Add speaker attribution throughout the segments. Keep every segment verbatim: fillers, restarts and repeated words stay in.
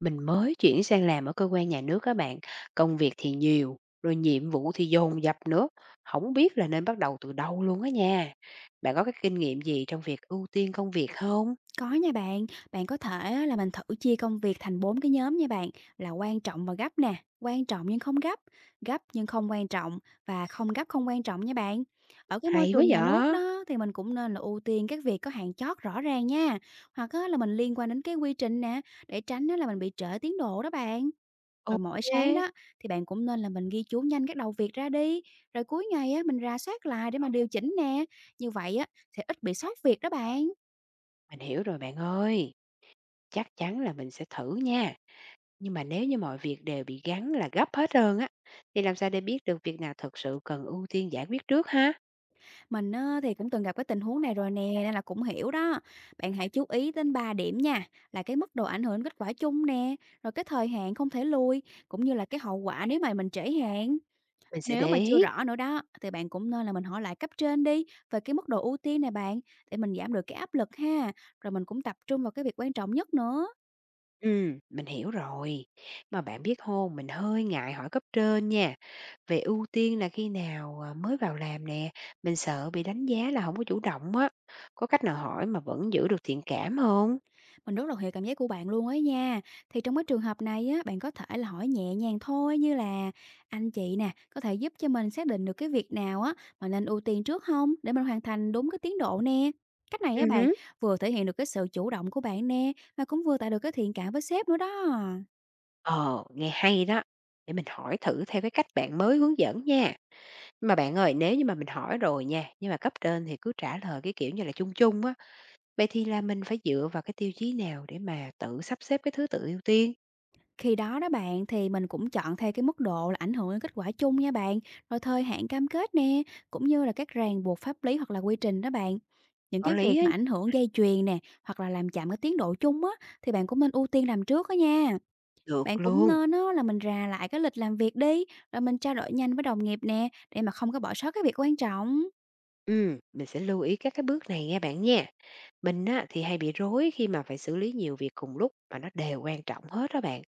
Speaker 1: Mình mới chuyển sang làm ở cơ quan nhà nước các bạn, công việc thì nhiều, rồi nhiệm vụ thì dồn dập nữa, không biết là nên bắt đầu từ đâu luôn á nha. Bạn có cái kinh nghiệm gì trong việc ưu tiên công việc không?
Speaker 2: Có nha bạn, bạn có thể á là mình thử chia công việc thành bốn cái nhóm nha bạn, là quan trọng và gấp nè, quan trọng nhưng không gấp, gấp nhưng không quan trọng và không gấp không quan trọng nha bạn. Ở cái môi
Speaker 1: Hay quá
Speaker 2: trường nhà nước
Speaker 1: vậy!
Speaker 2: đó thì mình cũng nên là ưu tiên các việc có hạn chót rõ ràng nha, hoặc á là mình liên quan đến cái quy trình nè, để tránh á là mình bị trễ tiến độ đó bạn. Rồi
Speaker 1: Ok,
Speaker 2: mỗi sáng đó thì bạn cũng nên là mình ghi chú nhanh các đầu việc ra đi, rồi cuối ngày á mình rà soát lại để mà điều chỉnh nè. Như vậy á sẽ ít bị sót việc đó bạn.
Speaker 1: mình hiểu rồi bạn ơi, chắc chắn là mình sẽ thử nha. Nhưng mà nếu như mọi việc đều bị gắn là gấp hết trơn á, thì làm sao để biết được việc nào thực sự cần ưu tiên giải quyết trước ha?
Speaker 2: Mình á, thì cũng từng gặp cái tình huống này rồi nè, nên là cũng hiểu đó. Bạn hãy chú ý đến ba điểm nha, là cái mức độ ảnh hưởng đến kết quả chung nè, rồi cái thời hạn không thể lùi, cũng như là cái hậu quả nếu mà mình trễ hạn.
Speaker 1: Mình sẽ
Speaker 2: Nếu mà
Speaker 1: để
Speaker 2: chưa
Speaker 1: ý.
Speaker 2: rõ nữa đó, thì bạn cũng nên là mình hỏi lại cấp trên đi về cái mức độ ưu tiên này bạn, để mình giảm được cái áp lực ha, rồi mình cũng tập trung vào cái việc quan trọng nhất nữa.
Speaker 1: Ừm, mình hiểu rồi. Mà bạn biết hông, mình hơi ngại hỏi cấp trên nha, về ưu tiên là khi nào, à, mới vào làm nè, mình sợ bị đánh giá là không có chủ động á. Có cách nào hỏi mà vẫn giữ được thiện cảm không?
Speaker 2: Mình rất là hiểu cảm giác của bạn luôn ấy nha. Thì trong cái trường hợp này á, bạn có thể là hỏi nhẹ nhàng thôi như là anh chị nè, có thể giúp cho mình xác định được cái việc nào á mà nên ưu tiên trước không để mình hoàn thành đúng cái tiến độ nè. Cách này á
Speaker 1: Ừm
Speaker 2: bạn
Speaker 1: hứm.
Speaker 2: vừa thể hiện được cái sự chủ động của bạn nè mà cũng vừa tạo được cái thiện cảm với sếp nữa đó.
Speaker 1: Ờ, nghe hay đó, để mình hỏi thử theo cái cách bạn mới hướng dẫn nha. Nhưng mà bạn ơi, nếu như mà mình hỏi rồi nha, nhưng mà cấp trên thì cứ trả lời cái kiểu như là chung chung á, vậy thì là mình phải dựa vào cái tiêu chí nào để mà tự sắp xếp cái thứ tự ưu tiên?
Speaker 2: Khi đó đó bạn thì mình cũng chọn theo cái mức độ là ảnh hưởng đến kết quả chung nha bạn, rồi thời hạn cam kết nè, cũng như là các ràng buộc pháp lý hoặc là quy trình đó bạn. Những
Speaker 1: Có
Speaker 2: cái
Speaker 1: lý
Speaker 2: việc
Speaker 1: á,
Speaker 2: mà ảnh hưởng dây chuyền nè, hoặc là làm chậm cái tiến độ chung á, thì bạn cũng nên ưu tiên làm trước đó nha.
Speaker 1: được
Speaker 2: Bạn cũng
Speaker 1: luôn.
Speaker 2: nên á, là mình rà lại cái lịch làm việc đi, rồi mình trao đổi nhanh với đồng nghiệp nè, để mà không có bỏ sót cái việc quan trọng.
Speaker 1: Ừm, mình sẽ lưu ý các cái bước này nghe bạn nha. Mình á, thì hay bị rối khi mà phải xử lý nhiều việc cùng lúc mà nó đều quan trọng hết đó bạn.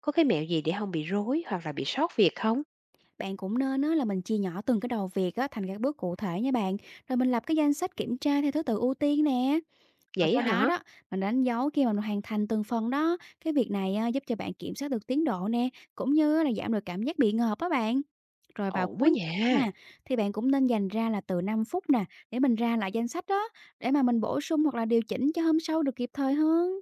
Speaker 1: Có cái mẹo gì để không bị rối hoặc là bị sót việc không?
Speaker 2: Bạn cũng nên á, là mình chia nhỏ từng cái đầu việc á, thành các bước cụ thể nha bạn, rồi mình lập cái danh sách kiểm tra theo thứ tự ưu tiên nè. Rồi
Speaker 1: Vậy
Speaker 2: sau đó
Speaker 1: hả?
Speaker 2: đó, mình đánh dấu khi mà mình hoàn thành từng phần đó, cái việc này, a, giúp cho bạn kiểm soát được tiến độ nè, cũng như là giảm được cảm giác bị ngợp á bạn. Rồi vào
Speaker 1: Ổn quá
Speaker 2: cuối
Speaker 1: nha.
Speaker 2: nha, thì bạn cũng nên dành ra là từ năm phút nè, để mình ra lại danh sách đó, để mà mình bổ sung hoặc là điều chỉnh cho hôm sau được kịp thời hơn.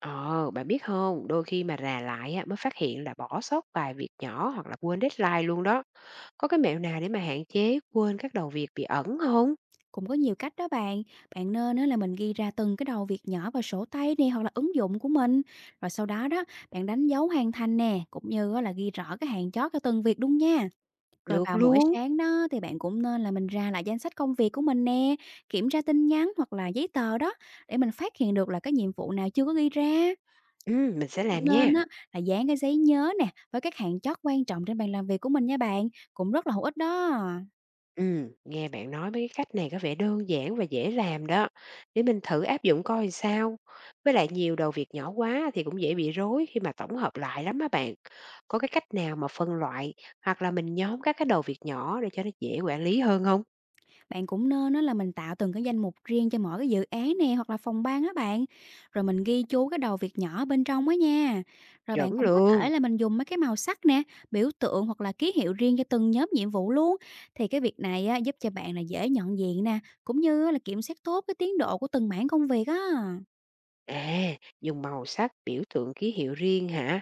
Speaker 1: Ờ, bạn biết không, đôi khi mà rà lại á, mới phát hiện là bỏ sót vài việc nhỏ hoặc là quên deadline luôn đó. Có cái mẹo nào để mà hạn chế quên các đầu việc bị ẩn không?
Speaker 2: Cũng có nhiều cách đó bạn, bạn nên á là mình ghi ra từng cái đầu việc nhỏ vào sổ tay nè, hoặc là ứng dụng của mình. Rồi sau đó đó, bạn đánh dấu hoàn thành nè, cũng như á là ghi rõ cái hạn chót cho từng việc luôn nha. Rồi
Speaker 1: Được
Speaker 2: vào mỗi
Speaker 1: luôn.
Speaker 2: sáng đó thì bạn cũng nên là mình ra lại danh sách công việc của mình nè, kiểm tra tin nhắn hoặc là giấy tờ đó để mình phát hiện được là cái nhiệm vụ nào chưa có ghi ra.
Speaker 1: Ừ, mình
Speaker 2: Mình
Speaker 1: sẽ
Speaker 2: cũng
Speaker 1: làm
Speaker 2: nên
Speaker 1: nha.
Speaker 2: á là dán cái giấy nhớ nè với các hạn chót quan trọng trên bàn làm việc của mình nha bạn, cũng rất là hữu ích đó.
Speaker 1: Ừm, nghe bạn nói mấy cái cách này có vẻ đơn giản và dễ làm đó. Để mình thử áp dụng coi sao. Với lại nhiều đầu việc nhỏ quá thì cũng dễ bị rối khi mà tổng hợp lại lắm á bạn. Có cái cách nào mà phân loại hoặc là mình nhóm các cái đầu việc nhỏ để cho nó dễ quản lý hơn không?
Speaker 2: Bạn cũng nên á là mình tạo từng cái danh mục riêng cho mỗi cái dự án nè hoặc là phòng ban á bạn. Rồi mình ghi chú cái đầu việc nhỏ ở bên trong á nha. Rồi
Speaker 1: Chuẩn
Speaker 2: bạn cũng có
Speaker 1: luôn.
Speaker 2: thể là mình dùng mấy cái màu sắc nè, biểu tượng hoặc là ký hiệu riêng cho từng nhóm nhiệm vụ luôn. Thì cái việc này á, giúp cho bạn là dễ nhận diện nè, cũng như là kiểm soát tốt cái tiến độ của từng mảng công việc á.
Speaker 1: À, dùng màu sắc, biểu tượng ký hiệu riêng hả?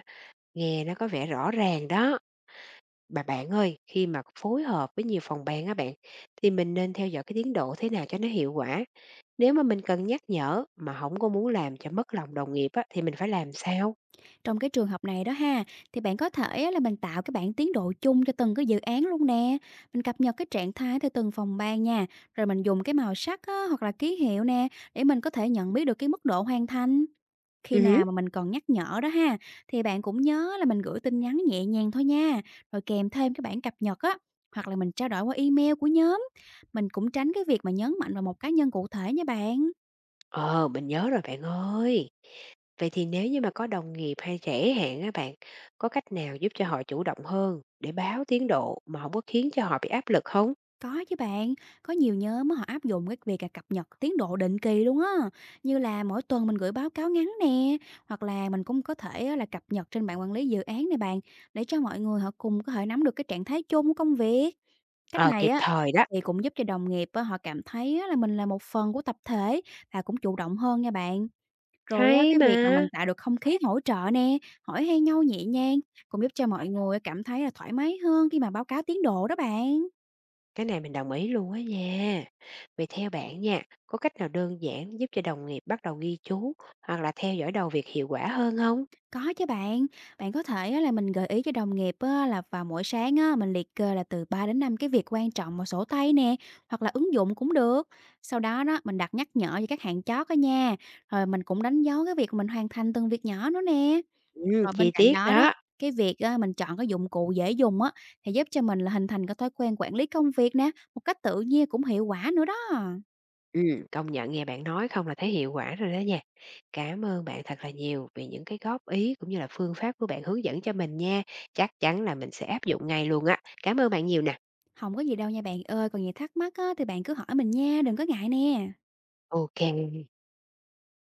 Speaker 1: Nghe nó có vẻ rõ ràng đó. Bà bạn ơi, khi mà phối hợp với nhiều phòng ban á bạn, thì mình nên theo dõi cái tiến độ thế nào cho nó hiệu quả? Nếu mà mình cần nhắc nhở mà không có muốn làm cho mất lòng đồng nghiệp á, thì mình phải làm sao?
Speaker 2: Trong cái trường hợp này đó ha, thì bạn có thể á là mình tạo cái bảng tiến độ chung cho từng cái dự án luôn nè. Mình cập nhật cái trạng thái theo từng phòng ban nha. Rồi mình dùng cái màu sắc á, hoặc là ký hiệu nè để mình có thể nhận biết được cái mức độ hoàn thành. Khi
Speaker 1: Ừ, hứm.
Speaker 2: nào mà mình còn nhắc nhở đó ha, thì bạn cũng nhớ là mình gửi tin nhắn nhẹ nhàng thôi nha. Rồi kèm thêm cái bản cập nhật á hoặc là mình trao đổi qua e mail của nhóm. Mình cũng tránh cái việc mà nhấn mạnh vào một cá nhân cụ thể nha bạn.
Speaker 1: Ờ, mình nhớ rồi bạn ơi. Vậy thì nếu như mà có đồng nghiệp hay trễ hẹn á bạn, có cách nào giúp cho họ chủ động hơn để báo tiến độ mà không có khiến cho họ bị áp lực không?
Speaker 2: Có chứ bạn, có nhiều nhóm á, họ áp dụng cái việc là cập nhật tiến độ định kỳ luôn á, như là mỗi tuần mình gửi báo cáo ngắn nè, hoặc là mình cũng có thể á, là cập nhật trên bảng quản lý dự án này bạn, để cho mọi người họ cùng có thể nắm được cái trạng thái chung của công việc. Cách
Speaker 1: Ờ,
Speaker 2: này
Speaker 1: kịp
Speaker 2: á
Speaker 1: thời đó.
Speaker 2: thì cũng giúp cho đồng nghiệp á, họ cảm thấy á, là mình là một phần của tập thể và cũng chủ động hơn nha bạn. Rồi á,
Speaker 1: Hay
Speaker 2: cái việc mà mình
Speaker 1: mà!
Speaker 2: tạo được không khí hỗ trợ nè, hỏi han nhau nhẹ nhàng cũng giúp cho mọi người cảm thấy là thoải mái hơn khi mà báo cáo tiến độ đó bạn.
Speaker 1: Cái này mình đồng ý luôn á nha. Vậy theo bạn nha, có cách nào đơn giản giúp cho đồng nghiệp bắt đầu ghi chú hoặc là theo dõi đầu việc hiệu quả hơn không?
Speaker 2: Có chứ bạn, bạn có thể á là mình gợi ý cho đồng nghiệp á là vào mỗi sáng á, mình liệt kê là từ ba đến năm cái việc quan trọng vào sổ tay nè, hoặc là ứng dụng cũng được. Sau đó đó mình đặt nhắc nhở cho các hạn chót đó nha. Rồi mình cũng đánh dấu cái việc mình hoàn thành từng việc nhỏ nữa nè.
Speaker 1: Ừm,
Speaker 2: Rồi bên
Speaker 1: chi
Speaker 2: cạnh
Speaker 1: tiết
Speaker 2: đó đó,
Speaker 1: đó.
Speaker 2: cái việc á, mình chọn cái dụng cụ dễ dùng á thì giúp cho mình là hình thành cái thói quen quản lý công việc nè, một cách tự nhiên cũng hiệu quả nữa đó.
Speaker 1: Ừm, công nhận nghe bạn nói không là thấy hiệu quả rồi đó nha. Cảm ơn bạn thật là nhiều vì những cái góp ý cũng như là phương pháp của bạn hướng dẫn cho mình nha. Chắc chắn là mình sẽ áp dụng ngay luôn á. Cảm ơn bạn nhiều nè.
Speaker 2: Không có gì đâu nha bạn ơi, còn gì thắc mắc á, thì bạn cứ hỏi mình nha, đừng có ngại nè.
Speaker 1: OK.